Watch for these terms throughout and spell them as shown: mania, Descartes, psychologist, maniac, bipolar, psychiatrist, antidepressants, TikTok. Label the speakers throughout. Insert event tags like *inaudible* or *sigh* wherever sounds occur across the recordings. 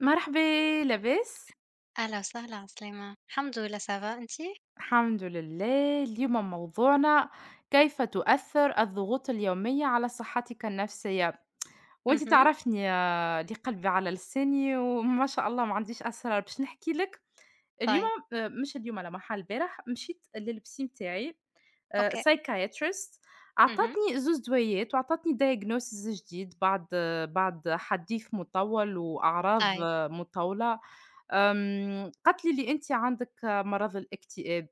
Speaker 1: مرحبا. لاباس؟
Speaker 2: أهلا وسهلا عسلامة، الحمد لله ça va أنتِ؟
Speaker 1: الحمد لله. اليوم موضوعنا كيف تؤثر الضغوط اليومية على صحتك النفسية، وانت
Speaker 2: اهم،
Speaker 1: تعرفني لي قلبي على لساني، وما شاء الله ما عنديش أسرار باش نحكي لك اليوم.
Speaker 2: طيب،
Speaker 1: آه، مش اليوم على محل البارح مشيت للبسي متاعي،
Speaker 2: أوكي،
Speaker 1: psychiatrist.
Speaker 2: اهم،
Speaker 1: أعطتني زوز دويات وأعطتني diagnosis جديد بعد حديث مطول وأعراض
Speaker 2: طيب،
Speaker 1: مطولة. قالت لي اللي أنتِ عندِك مرض الاكتئاب.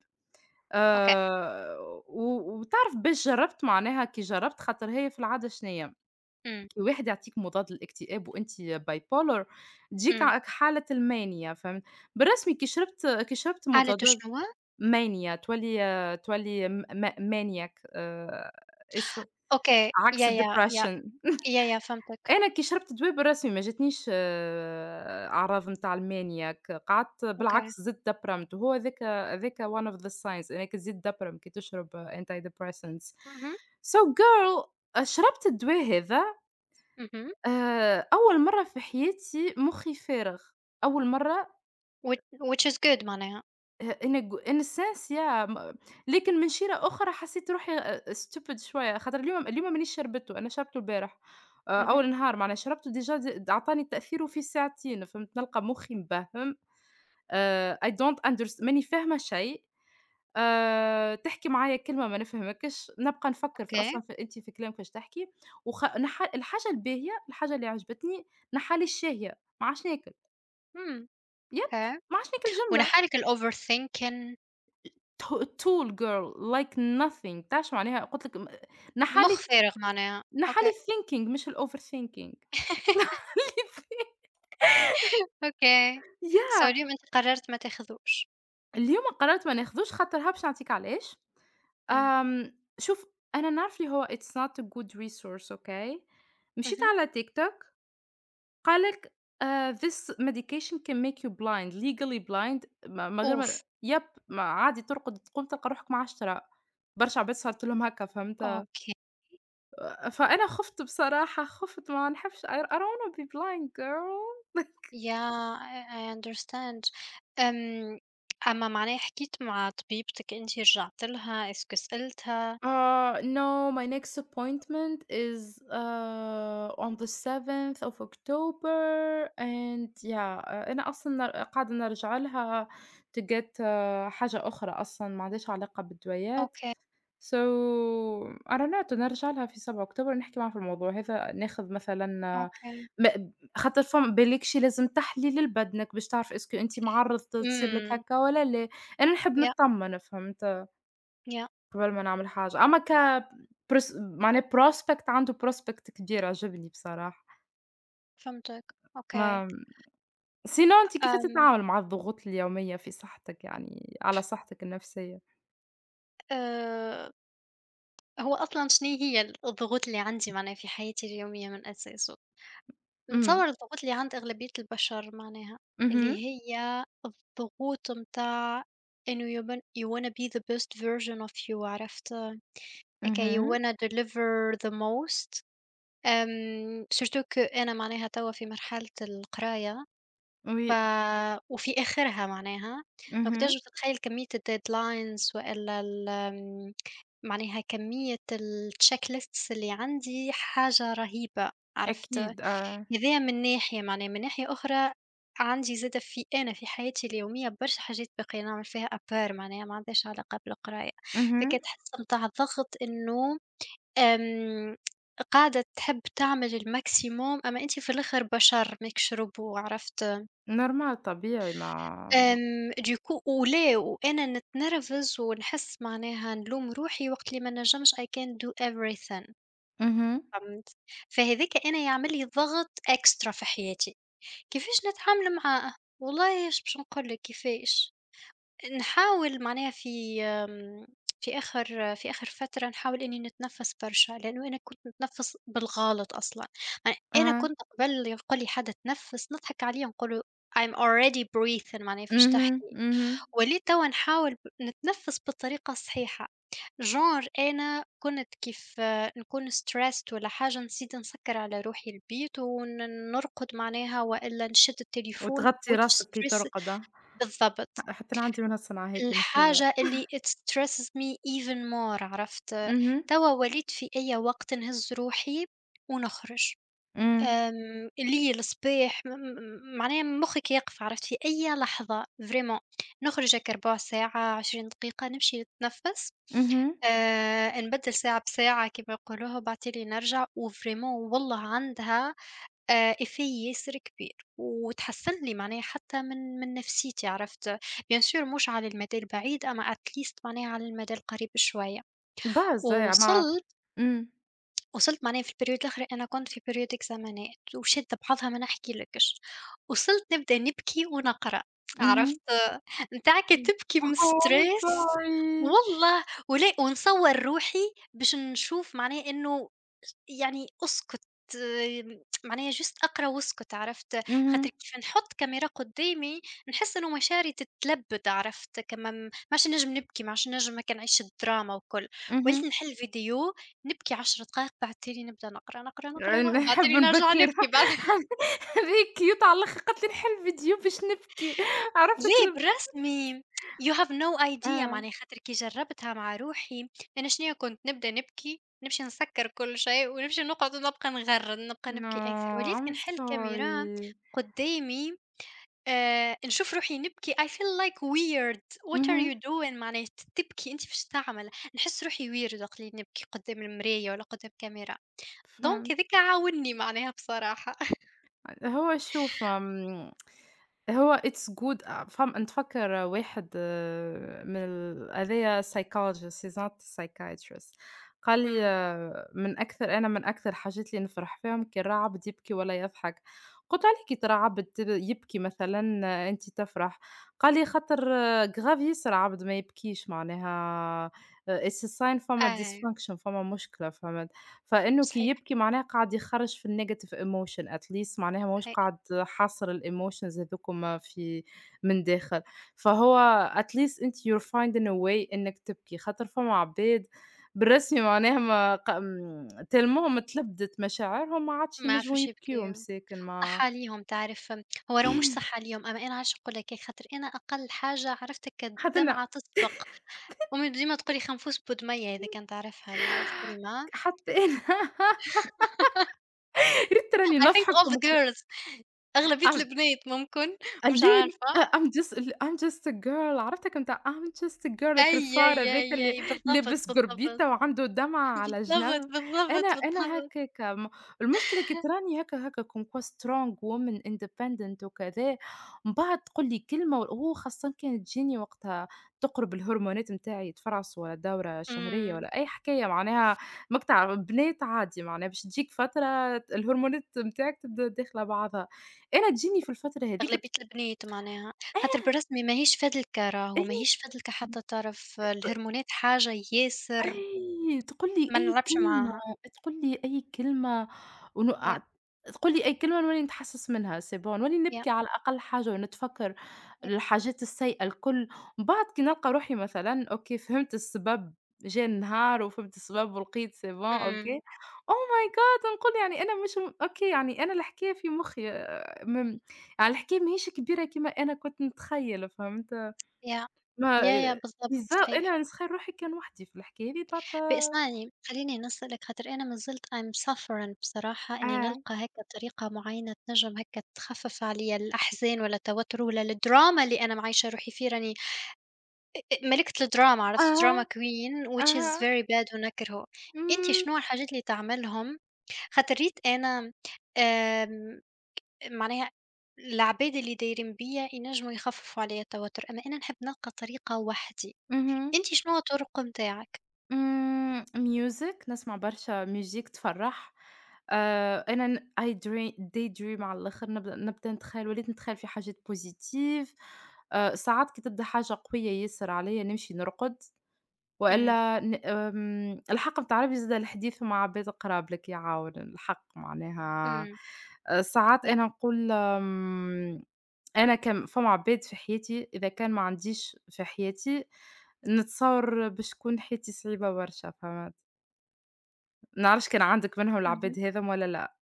Speaker 2: أوكي،
Speaker 1: آآ و وتعرف باش جرّبت معناها كي جرّبت، خاطر هي في العادة شنيا،
Speaker 2: إمم،
Speaker 1: كي واحد يعطيك مضاد للاكتئاب وأنتِ bipolar تجيك
Speaker 2: إمم،
Speaker 1: ع كحالة المانيا، فهمت؟ بالرسمي كي شربت
Speaker 2: حالته
Speaker 1: مضادات
Speaker 2: شنو؟
Speaker 1: mania تولي، تولي م م maniac، اس
Speaker 2: أوكي،
Speaker 1: عكس
Speaker 2: يا يا يا
Speaker 1: الdepression. *laughs*
Speaker 2: يا يا فهمتِك،
Speaker 1: أنا كي شربت دوا بالرسمي ما جاتنيش أعراض نتاع الmaniac، قعدت
Speaker 2: أوكي،
Speaker 1: بالعكس زدت دبرمت، وهو هذاك one of the signs أنك تزيد تدبرم كي تشرب antidepressants.
Speaker 2: اهم،
Speaker 1: So girl, شربت الدوا هذا.
Speaker 2: اهم،
Speaker 1: أول مرة في حياتي مخي فارغ، أول مرة.
Speaker 2: which which is good معناها،
Speaker 1: In a in a sense, yeah. لكن من شيرة أخرى حسيت روحي أ stupid شوية، خاطر اليوم مانيش شربته، أنا شربته البارح.
Speaker 2: اهم،
Speaker 1: أول نهار معناها شربته déjà. عطاني تأثيره في ساعتين، فهمت؟ نلقى مخي مبهم. I don't unders ماني فاهمة شيء. تحكي معايا كلمة ما نفهمكش، نبقى نفكر في
Speaker 2: أوكي،
Speaker 1: أصلًا في أنتِ في كلامِك واش تحكي. وخ نح الحاجة الباهية، الحاجة اللي عجبتني، نحالي الشهية، ما عادش ناكل.
Speaker 2: إمم،
Speaker 1: يب
Speaker 2: أوكي،
Speaker 1: ما عادش ناكل جملة.
Speaker 2: ونحالك الoverthinking
Speaker 1: ت tall girl, like nothing. تعرفي شو معناها؟ قُلت لِك
Speaker 2: مخ
Speaker 1: نحالي
Speaker 2: فارغ معناها،
Speaker 1: نحالي
Speaker 2: أوكي،
Speaker 1: الthinking مش الoverthinking. *laughs* نحالي الthin
Speaker 2: أوكي، so
Speaker 1: ياه!
Speaker 2: اليوم أنتِ قررتِ ما تاخذوش،
Speaker 1: *laughs* اليوم قررت ما ناخدوش، خاطرها باش نعطيك علاش.
Speaker 2: إمم،
Speaker 1: شوف، أنا نعرف اللي هو it's not a good resource, okay? مشيت
Speaker 2: اهم،
Speaker 1: على TikTok، قال لك this medication can make you blind, legally blind. ما من غير ما
Speaker 2: أوف!
Speaker 1: يب ما عادي ترقد تقوم تلقى روحك ما عادش ترى. برشا عباد صارت لهم هكا، فهمت؟
Speaker 2: أوكي.
Speaker 1: فأنا خُفت بصراحة، خُفت. ما نحبش I don't wanna be blind, girl.
Speaker 2: Yeah, I understand. أم أما معناها حكيت مع طبيبتك أنتِ رجعت لها، إسكو سألتها؟
Speaker 1: No, my next appointment is, on the 7th of October, and yeah. أنا أصلًا قاعدة نرجع لها to get, حاجة أخرى أصلًا ما عندهاش علاقة بالدوايات.
Speaker 2: أوكي،
Speaker 1: So I don't know, نرجع لها في 7 أكتوبر نحكي معاها في الموضوع هذا، ناخذ مثلًا.
Speaker 2: أوكي.
Speaker 1: م خاطر فم بالك شي لازم تحليل لبدنك باش تعرف Est ce que أنتِ معرّض تصير لك
Speaker 2: إمم.
Speaker 1: هكا والّا لا. أنا نحب
Speaker 2: yeah
Speaker 1: نتطمن، فهمت،
Speaker 2: yeah
Speaker 1: قبل ما نعمل حاجة. أما ك برس معناه prospect، عنده prospect كبير، عجبني بصراحة.
Speaker 2: فهمتك. أوكي.
Speaker 1: ما Sinon أنتِ كيف
Speaker 2: آمم،
Speaker 1: تتعامل مع الضغوط اليومية في صحتك، يعني على صحتك النفسية؟
Speaker 2: آآ، هو أصلًا شنو هي الضغوط اللي عندي معناها في حياتي اليومية من أساسه؟ نتصور
Speaker 1: إمم.
Speaker 2: الضغوط اللي عند أغلبية البشر معناها،
Speaker 1: اهم.
Speaker 2: اللي هي الضغوط متاع إنه you wanna be the best version of you عرفت؟ أكي
Speaker 1: اهم.
Speaker 2: وأنا deliver the most surtout que أنا معناها توا في مرحلة القراية ف
Speaker 1: Oui.
Speaker 2: وفي آخرها معناها، donc
Speaker 1: اهم.
Speaker 2: تنجم تتخيل كمية الdeadlines وإلا ال آمم معناها كمية الcheck lists اللي عندي حاجة رهيبة، عرفت؟
Speaker 1: أكيد، آه.
Speaker 2: هذايا من ناحية معناها، من ناحية أخرى عندي زادة في حياتي اليومية برشا حاجات باقية نعمل فيها à part معناها ما عندهاش علاقة بالقراية،
Speaker 1: اهم.
Speaker 2: فكتحس متاع الضغط إنه آمم، قاعدة تحب تعمل الماكسيموم، أمّا أنتِ في الآخر بشر ماكش روبو عرفت؟
Speaker 1: Normal، طبيعي. ما
Speaker 2: دوكو ولا وأنا نتنرفز ونحس معناها نلوم روحي وقت اللي ما نجمش I can't do everything
Speaker 1: اهم.
Speaker 2: فهمت؟ فهاذاك أنا يعمل لي ضغط extra في حياتي، كيفاش نتعامل معاه؟ والله إيش باش نقول لك كيفاش. نحاول معناها في آخر فترة نحاول إني نتنفّس برشا، لإنه أنا كنت نتنفّس بالغلط أصلًا، يعني أنا
Speaker 1: آه.
Speaker 2: كنت قبل يقول لي حد تنفّس نضحك عليه ونقول له I'm already breathing معناها فاش
Speaker 1: اهم.
Speaker 2: تحكي،
Speaker 1: اهم.
Speaker 2: وليت توا نحاول نتنفّس بالطريقة الصحيحة، genre أنا كنت كيف نكون stressed والّا حاجة نزيد نسكّر على روحي البيت نرقد معناها وإلا نشد التليفون
Speaker 1: وتغطي
Speaker 2: which
Speaker 1: راسك كي
Speaker 2: stress
Speaker 1: ترقد، آه.
Speaker 2: بالضبط.
Speaker 1: حتى أنا عندي من هالصنعة هيك مخيبة.
Speaker 2: الحاجة اللي it stresses me even more عرفت؟
Speaker 1: اهم.
Speaker 2: توا وليت في أي وقت نهز روحي ونخرج.
Speaker 1: إمم.
Speaker 2: الليل، صباح، م م معناها مخِّك يقف عرفت في أي لحظة vraiment نخرج هاكا ربع ساعة، 20 دقيقة نمشي نتنفّس،
Speaker 1: اهم.
Speaker 2: نبدّل ساعة بساعة كيما يقولوها وبعتلي نرجع وفريمون والله عندها effet ياسر كبير، وتحسّن لي معناها حتى من نفسيتي عرفت، bien sûr مش على المدى البعيد أما at least معناها على المدى القريب شوية،
Speaker 1: إيه. ما
Speaker 2: وصل
Speaker 1: إمم.
Speaker 2: وصلت معناها في البيريود الآخر أنا كنت في بيريود إكزامانات وشادة بعضها ما نحكيلكش، وصلت نبدأ نبكي ونقرا،
Speaker 1: اهم.
Speaker 2: عرفت نتاعك تبكي من
Speaker 1: Oh, I'm
Speaker 2: الstress
Speaker 1: sorry.
Speaker 2: والله ولا ونصور روحي باش نشوف معناها إنه يعني أسكُت آمم، معناها just أقرا واسكُت عرفت، خاطر
Speaker 1: اهم.
Speaker 2: كيف نحُط كاميرا قدّامي نحس إنه مشاعري تتلبّد عرفت، كما م ماعادش نجم نبكي، ما عادش نجم هاكا نعيش الدراما والكل، وليت
Speaker 1: اهم.
Speaker 2: نحل فيديو نبكي 10 دقايق بعد تالي نبدا نقرا، نقرا، نقرا. بعد
Speaker 1: نحب
Speaker 2: تالي نرجع
Speaker 1: نبكي *laughs*
Speaker 2: نبكي بعد
Speaker 1: روحي. هذيك cute على الآخر، قالت لي نحل فيديو باش نبكي. عرفتك
Speaker 2: ليه
Speaker 1: ر
Speaker 2: بالرسمي! you have no idea
Speaker 1: آه.
Speaker 2: معناها خاطر كي جرّبتها مع روحي، أنا شنيا كنت نبدأ نبكي، نمشي نسكّر كل شيء ونمشي نقعد ونبقى نغرّد، نبقى
Speaker 1: No,
Speaker 2: نبكي أكثر، وليت كي
Speaker 1: I'm
Speaker 2: نحل الكاميرا
Speaker 1: sorry.
Speaker 2: قدّامي نشوف روحي نبكي I feel like weird what are
Speaker 1: اهم.
Speaker 2: you doing معناها تبكي أنت فاش تعمل؟ نحس روحي weird وقت اللي نبكي قدّام المرايا والّا قدّام كاميرا، دونك
Speaker 1: فهمت.
Speaker 2: هاذيك عاوني معناها بصراحة. *laughs*
Speaker 1: هو شوف، هو it's good. أ فم نتفكّر واحد من ال هذايا psychologist, he's not psychiatrist. قال لي
Speaker 2: إمم،
Speaker 1: من أكثر، من أكثر الحاجات اللي نفرح فيهم كي الرعبد يبكي ولا يضحك. قُلت له: "علاش كي ترعبد ت يبكي مثلًا أنتِ تفرح؟" قال لي: "خاطر grave ياسر عبد ما يبكيش معناها. It's a sign، فما
Speaker 2: أيوه
Speaker 1: dysfunction، فما مشكلة، فما." فإنه كي
Speaker 2: صحيح،
Speaker 1: يبكي معناها قاعد يخرّج في الnegative emotion. At least معناها ماهوش
Speaker 2: صحيح،
Speaker 1: قاعد حاصر الemotions هاذوكم في من داخل. فهو at least أنتِ you're finding a way إنِّك تبكي، خاطر فما عباد بالرسمي معناها ما ق م تالمهم تلبدت مشاعرهم، ما عادش
Speaker 2: ما
Speaker 1: ينجموا
Speaker 2: يعرفوش
Speaker 1: يبكيو
Speaker 2: يبكيو.
Speaker 1: مساكن. ما
Speaker 2: صحّى ليهم تعرف، هو لو مش صحّى ليهم، أمّا أنا علاش نقول لك هيك، خاطر أنا أقل حاجة عرفتك
Speaker 1: حتى
Speaker 2: الدمعة
Speaker 1: أنا
Speaker 2: تسبق، أمي ديما تقول لي خنفوس بودمية إذا كان تعرفها الكلمة،
Speaker 1: حتى أنا *laughs* يا ريت راني
Speaker 2: I think
Speaker 1: نضحك
Speaker 2: all the girls أغلبية البنات ممكن
Speaker 1: قال
Speaker 2: مش
Speaker 1: لي
Speaker 2: عارفة،
Speaker 1: I'm just a girl. عرفتها، كنت I'm just a girl, like
Speaker 2: أي،
Speaker 1: الفار
Speaker 2: أي،
Speaker 1: هذاك
Speaker 2: أي،
Speaker 1: اللي
Speaker 2: أي، بالضبط،
Speaker 1: لابس
Speaker 2: بالضبط،
Speaker 1: قربيطة وعنده دمعة على
Speaker 2: بالضبط،
Speaker 1: جنب. أنا
Speaker 2: بالضبط،
Speaker 1: أنا
Speaker 2: بالضبط،
Speaker 1: هكاك. المشكلة كي تراني هكا comme quoi strong woman, independent وكذا، من بعد تقول لي كلمة، و خاصةً كانت تجيني وقتها تقرب، الهرمونات نتاعي يتفرعصوا ولا دورة شهرية
Speaker 2: إمم،
Speaker 1: ولا أي حكاية معناها. ماك تعرف بنات عادي معناها باش تجيك فترة الهرمونات نتاعك تبدا داخلة بعضها، أنا تجيني في الفترة هاذيك. ت
Speaker 2: أغلبية البنات معناها، خاطر بالرسمي ماهيش فادلكَ راهو،
Speaker 1: أي
Speaker 2: ماهيش فادلكَ حتى تعرف الهرمونات حاجة ياسر
Speaker 1: أي تقول لي
Speaker 2: ما
Speaker 1: أي
Speaker 2: نلعبش
Speaker 1: كلمة،
Speaker 2: معاها،
Speaker 1: تقول لي أي كلمة، ون
Speaker 2: يا،
Speaker 1: أع تقول لي أي كلمة، نولي نتحسس منها، c'est bon نولي
Speaker 2: يا،
Speaker 1: نبكي على أقل حاجة، ونتفكّر
Speaker 2: يا،
Speaker 1: الحاجات السيئة الكل. من بعد كي نلقى روحي مثلًا أوكي فهمت السبب، جا النهار وفهمت السبب، ولقيت c'est bon،
Speaker 2: إمم.
Speaker 1: أوكي. Oh my god, نقول يعني أنا مش أوكي، يعني أنا الحكاية في مخي م يعني الحكاية ماهيش كبيرة كيما أنا كنت نتخيّل، فهمت؟
Speaker 2: يا
Speaker 1: ما
Speaker 2: يا يا بالضبط صحيح.
Speaker 1: أنا نسخّر روحي كان وحدي في الحكاية هاذي تعطّل.
Speaker 2: اسمعني خلّيني نسألك خاطر أنا ما زلت I'm suffering بصراحة إني
Speaker 1: آه.
Speaker 2: نلقى هيك طريقة معينة تنجم هيك تخفف عليَّ الأحزان ولا التوتر ولا الدراما اللي أنا معيشة روحي فيه راني ملكة الدراما عرفت drama
Speaker 1: أها.
Speaker 2: queen which is
Speaker 1: أها.
Speaker 2: very bad ونكرهه. أنتِ
Speaker 1: إمم.
Speaker 2: شنو الحاجات اللي تعملهم خاطر ريت أنا آمم، معناها العباد اللي دايرين بيّا ينجموا يخففوا عليَّ التوتر، أما أنا نحب نلقى طريقة وحدي،
Speaker 1: اهم.
Speaker 2: أنتِ شنو الطرق متاعك؟
Speaker 1: إمم. Music، نسمع برشا music تفرّح. أنا I drea daydream على الآخر، نبدا نتخيّل، وليت نتخيّل في حاجات positive. ساعات كي تبدا حاجة قوية ياسر عليّا نمشي نرقد.
Speaker 2: إمم،
Speaker 1: وإلا ن الحق متاع ربي، زاد الحديث مع عباد قراب لك يعاون، الحق معناها.
Speaker 2: إمم،
Speaker 1: ساعات
Speaker 2: يع
Speaker 1: أنا نقول، أنا كم فما عباد في حياتي، إذا كان ما عنديش في حياتي نتصور باش تكون حياتي صعيبة برشا فهمت. ما نعرفش كان عندك منهم
Speaker 2: اهم،
Speaker 1: العباد هاذم والّا لأ؟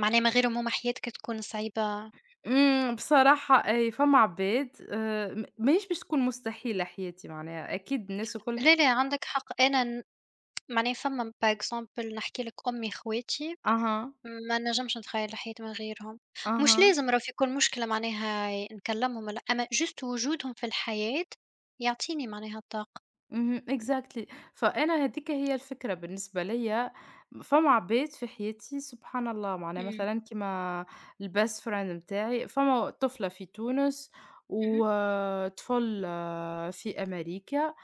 Speaker 2: معناه من غيرهم هُم حياتك تكون صعيبة
Speaker 1: إمم، بصراحة أي، فما عباد م ماهيش باش تكون مستحيلة حياتي معناها، أكيد الناس الكل
Speaker 2: لا، لا عندك حق، أنا ن معناه فما par exemple نحكي لك أمي خواتي
Speaker 1: أها.
Speaker 2: ما نجمش نتخيّل حياتي من غيرهم، مش
Speaker 1: أها.
Speaker 2: لازم راه في كل مشكلة معناها نكلمهم والّا أما juste وجودهم في الحياة يعطيني معناها الطاقة.
Speaker 1: اهم, exactly. فأنا هاذيك هي الفكرة بالنسبة ليّا، فما عباد في حياتي سبحان الله معناها،
Speaker 2: إمم،
Speaker 1: مثلًا كيما الbest friend متاعي، فما طفلة في تونس
Speaker 2: اهم،
Speaker 1: وطفل في أمريكا.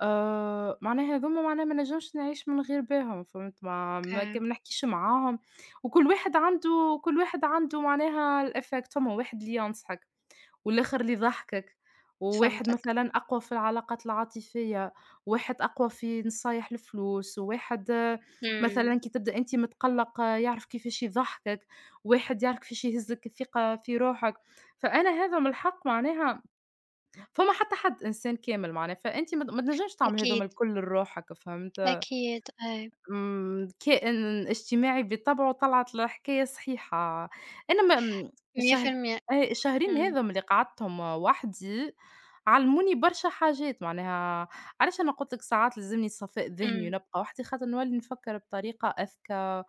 Speaker 1: معناها هاذوما معناها ما نجمش نعيش من غير بيهم فهمت،
Speaker 2: أوكي،
Speaker 1: ما نحكيش معاهم. وكل واحد عنده كل واحد عنده معناها الeffect. فما واحد اللي ينصحك، والآخر اللي يضحّكك، وواحد
Speaker 2: فهمتك،
Speaker 1: مثلًا أقوى في العلاقات العاطفية، وواحد أقوى في نصايح الفلوس، وواحد
Speaker 2: إمم،
Speaker 1: مثلًا كي تبدأ أنت متقلّق يعرف كيفاش يضحّكك، واحد يعرف كيفاش يهزّك الثقة في روحك. فأنا هذا من الحق معناها، فما حتى حد إنسان كامل معناها، فأنت ما تنجمش تعمل
Speaker 2: أكيد،
Speaker 1: هذوما الكل لروحك، فهمت؟
Speaker 2: أكيد، أي
Speaker 1: إمم، كائن اجتماعي بطبعه، طلعت الحكاية صحيحة. أنا ما م شه
Speaker 2: 100%
Speaker 1: إيه الشهرين
Speaker 2: إمم،
Speaker 1: هاذم اللي قعدتهم وحدي علموني برشا حاجات معناها. علاش أنا قُلت لك ساعات لازمني صفاء ذهني
Speaker 2: إمم،
Speaker 1: ونبقى وحدي، خاطر نولي نفكّر بطريقة أذكى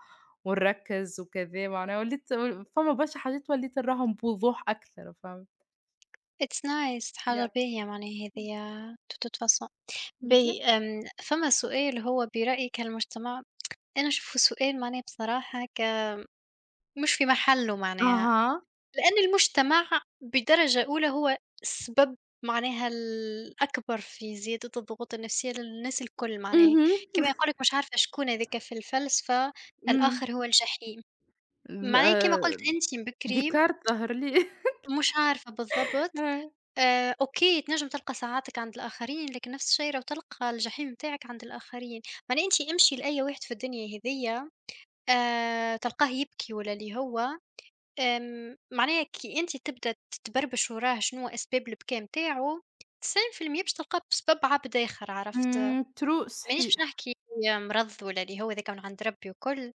Speaker 1: ونركّز وكذا. معناها وليت فما برشا حاجات وليت نراهم بوضوح أكثر، فهمت؟
Speaker 2: it's nice حاجة
Speaker 1: يب.
Speaker 2: باهية معناها هذيّا de toute façon.
Speaker 1: إمم، يب.
Speaker 2: باهي فما سؤال هو برأيك المجتمع أنا أشوفه سؤال معناه بصراحة مش في محله معناها
Speaker 1: أها.
Speaker 2: لأن المجتمع بدرجة أولى هو سبب معناها الأكبر في زيادة الضغوط النفسية للناس الكل معناها
Speaker 1: اهم.
Speaker 2: كما يقولك مش عارفة شكون هذاك في الفلسفة
Speaker 1: إمم.
Speaker 2: الآخر هو الجحيم
Speaker 1: م
Speaker 2: معناها كما قلت أنت بكري
Speaker 1: ديكارت ظهر لي.
Speaker 2: مش عارفة بالضبط
Speaker 1: *laughs*
Speaker 2: أوكي، تنجم تلقى ساعاتك عند الآخرين، لكن نفس الشيء لو تلقى الجحيم متاعك عند الآخرين، معناه أنتِ امشي لأي واحد في الدنيا هذيّا تلقاه يبكي ولا اللي هو، معناها كي أنتِ تبدأ تبربش وراه شنوا أسباب البكا متاعه، 90% باش تلقاه بسبب عبد آخر عرفت،
Speaker 1: إمم, true،
Speaker 2: مانيش باش
Speaker 1: صحيح.
Speaker 2: نحكي مرض ولا اللي هو ذاك من عند ربي وكل،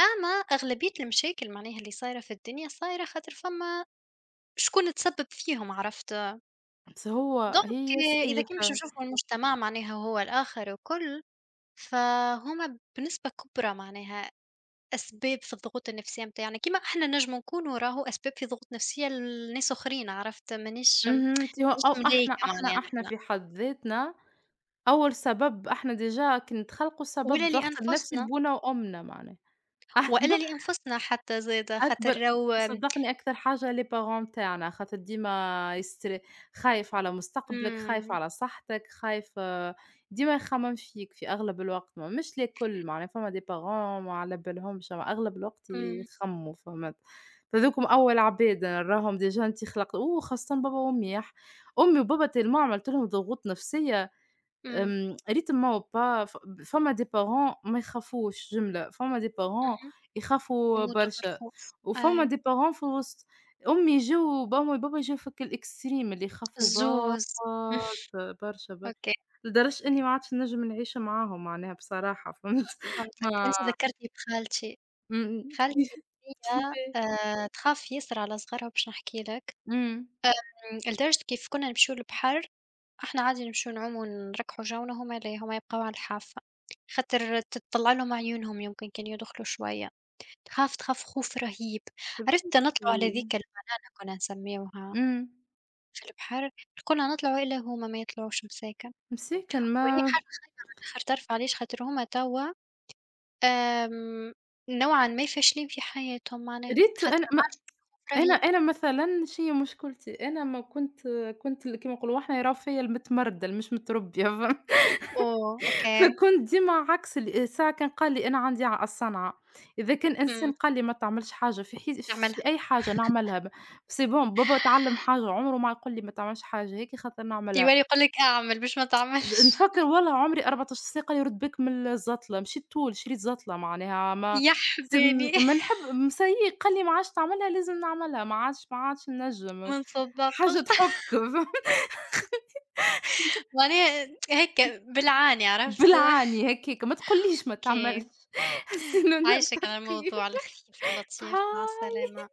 Speaker 2: أما أغلبية المشاكل معناها اللي صايرة في الدنيا، صايرة خاطر فما شكون تسبب فيهم عرفت.
Speaker 1: بس هو
Speaker 2: دونك
Speaker 1: هي
Speaker 2: إذا كان باش
Speaker 1: صحيحة.
Speaker 2: نشوفوا المجتمع معناها هو الآخر وكل، فهما بنسبة كبرى معناها أسباب في الضغوط النفسية متاعنا، كيما إحنا نجمو نكونوا راهو أسباب في ضغوط نفسية لناس آخرين عرفت، مانيش
Speaker 1: اهم. أنتِ هو أو إحنا
Speaker 2: ملايكة
Speaker 1: إحنا
Speaker 2: معناها
Speaker 1: إحنا
Speaker 2: نحنا،
Speaker 1: في حد ذاتنا أول سبب، إحنا ديجا كي نتخلقوا سبب
Speaker 2: ولا
Speaker 1: ضغط النفسي
Speaker 2: لأنفسنا
Speaker 1: لبونا وأمنا معناه. *laughs* احنا
Speaker 2: وإلا لأنفسنا حتى زادة، خاطر
Speaker 1: أكبر.
Speaker 2: راهو
Speaker 1: صدّقني أكتر حاجة les parents نتاعنا، خاطر ديما يستر، خايف على مستقبلك، خايف
Speaker 2: إمم،
Speaker 1: على صحتك، خايف ديما يخمم فيك في أغلب الوقت. ما مش الكل معناها، فما des parents ما على بالهمش، أما أغلب الوقت
Speaker 2: إمم،
Speaker 1: يخمموا، فهمت؟ فهاذوكم أول عباد نراهم ديجا أنت خلقت. أوه! خاصةً بابا وأمي، أمي وبابا tellement عملت لهم ضغوط نفسية.
Speaker 2: إمم،
Speaker 1: آمم ريتم ما هو با ف فما des parents ما يخافوش جملة، فما des parents
Speaker 2: اهم،
Speaker 1: يخافوا
Speaker 2: يموتوا
Speaker 1: برشا،
Speaker 2: بالخوف،
Speaker 1: وفما
Speaker 2: أيوه،
Speaker 1: des parents في الوسط. أمي جِو، وبامي وبابا جِو في الextreme اللي يخافوا برشا،
Speaker 2: الزوز *laughs*
Speaker 1: برشا، برشا.
Speaker 2: أوكي
Speaker 1: لدرجة إني ما عادش نجم نعيش معاهم معناها، بصراحة فهمت؟ *laughs*
Speaker 2: فهمتك،
Speaker 1: ما
Speaker 2: أنت ذكّرتني بخالتي.
Speaker 1: إمم.
Speaker 2: خالتي هي
Speaker 1: كيفاه؟
Speaker 2: تخاف ياسر على صغارها باش نحكي لك،
Speaker 1: إمم.
Speaker 2: لدرجة كيف كنا نمشيو للبحر، إحنا عادي نمشيو نعوموا نركحوا جَونا هُم لا، هُم يبقاو على الحافة، خاطر تطلع لهم عيونهم يمكن كان يدخلوا شوية، تخاف تخاف خوف رهيب،
Speaker 1: يا
Speaker 2: عرفت نطلعوا على
Speaker 1: بنتي.
Speaker 2: ذيك البنانة كنا نسميوها
Speaker 1: إمم.
Speaker 2: في البحر، كنا نطلعوا إلا هُم ما يطلعوش مساكن،
Speaker 1: مساكن.
Speaker 2: وهي
Speaker 1: ما
Speaker 2: حاجة في الآخر طرف علاش خاطر هُم توا آمم، نوعًا ما فاشلين في حياتهم معناها،
Speaker 1: ريت
Speaker 2: خاطر
Speaker 1: أنا ما
Speaker 2: عارفة خوف
Speaker 1: أنا
Speaker 2: رهيب.
Speaker 1: أنا مثلًا شنو هي مشكلتي. أنا ما كنت كنت كيما نقولوا احنا يراو فيا المتمردة اللي مش متربية *laughs* فهمت.
Speaker 2: أوه! أوكي،
Speaker 1: فكنت ديما عكس ساعة كان قال لي، أنا عندي ع الصنعة، إذا كان
Speaker 2: إمم،
Speaker 1: إنسان قال لي ما تعملش حاجة في حي
Speaker 2: اعملها.
Speaker 1: في أي حاجة نعملها. سي بون بابا اتعلم حاجة عمره ما يقول لي ما تعملش حاجة هيك خاطر نعملها.
Speaker 2: الوالي يقول لِك أعمل مش ما تعملش.
Speaker 1: نفكّر
Speaker 2: *laughs*
Speaker 1: والله عمري 14 ساقة يرد بيك من الزَّطلة، مشيت طول شريت زَّطلة معناها. ما
Speaker 2: يا
Speaker 1: س
Speaker 2: حبيبي
Speaker 1: ما نحب مسيّي قال لي: "ما عادش تعملها، لازم نعملها، ما عادش ننجم."
Speaker 2: ما نصدّقش
Speaker 1: حاجة تحُك.
Speaker 2: يعني *laughs* هيك بالعاني
Speaker 1: *laughs*
Speaker 2: عرفت؟
Speaker 1: بالعاني هكاك، ما تقولّيش ما
Speaker 2: أوكي،
Speaker 1: تعملش، *laughs* sinon
Speaker 2: عايشِك على
Speaker 1: نلتقي.
Speaker 2: الموضوع الخفيف اللطيف، مع
Speaker 1: ف
Speaker 2: السلامة.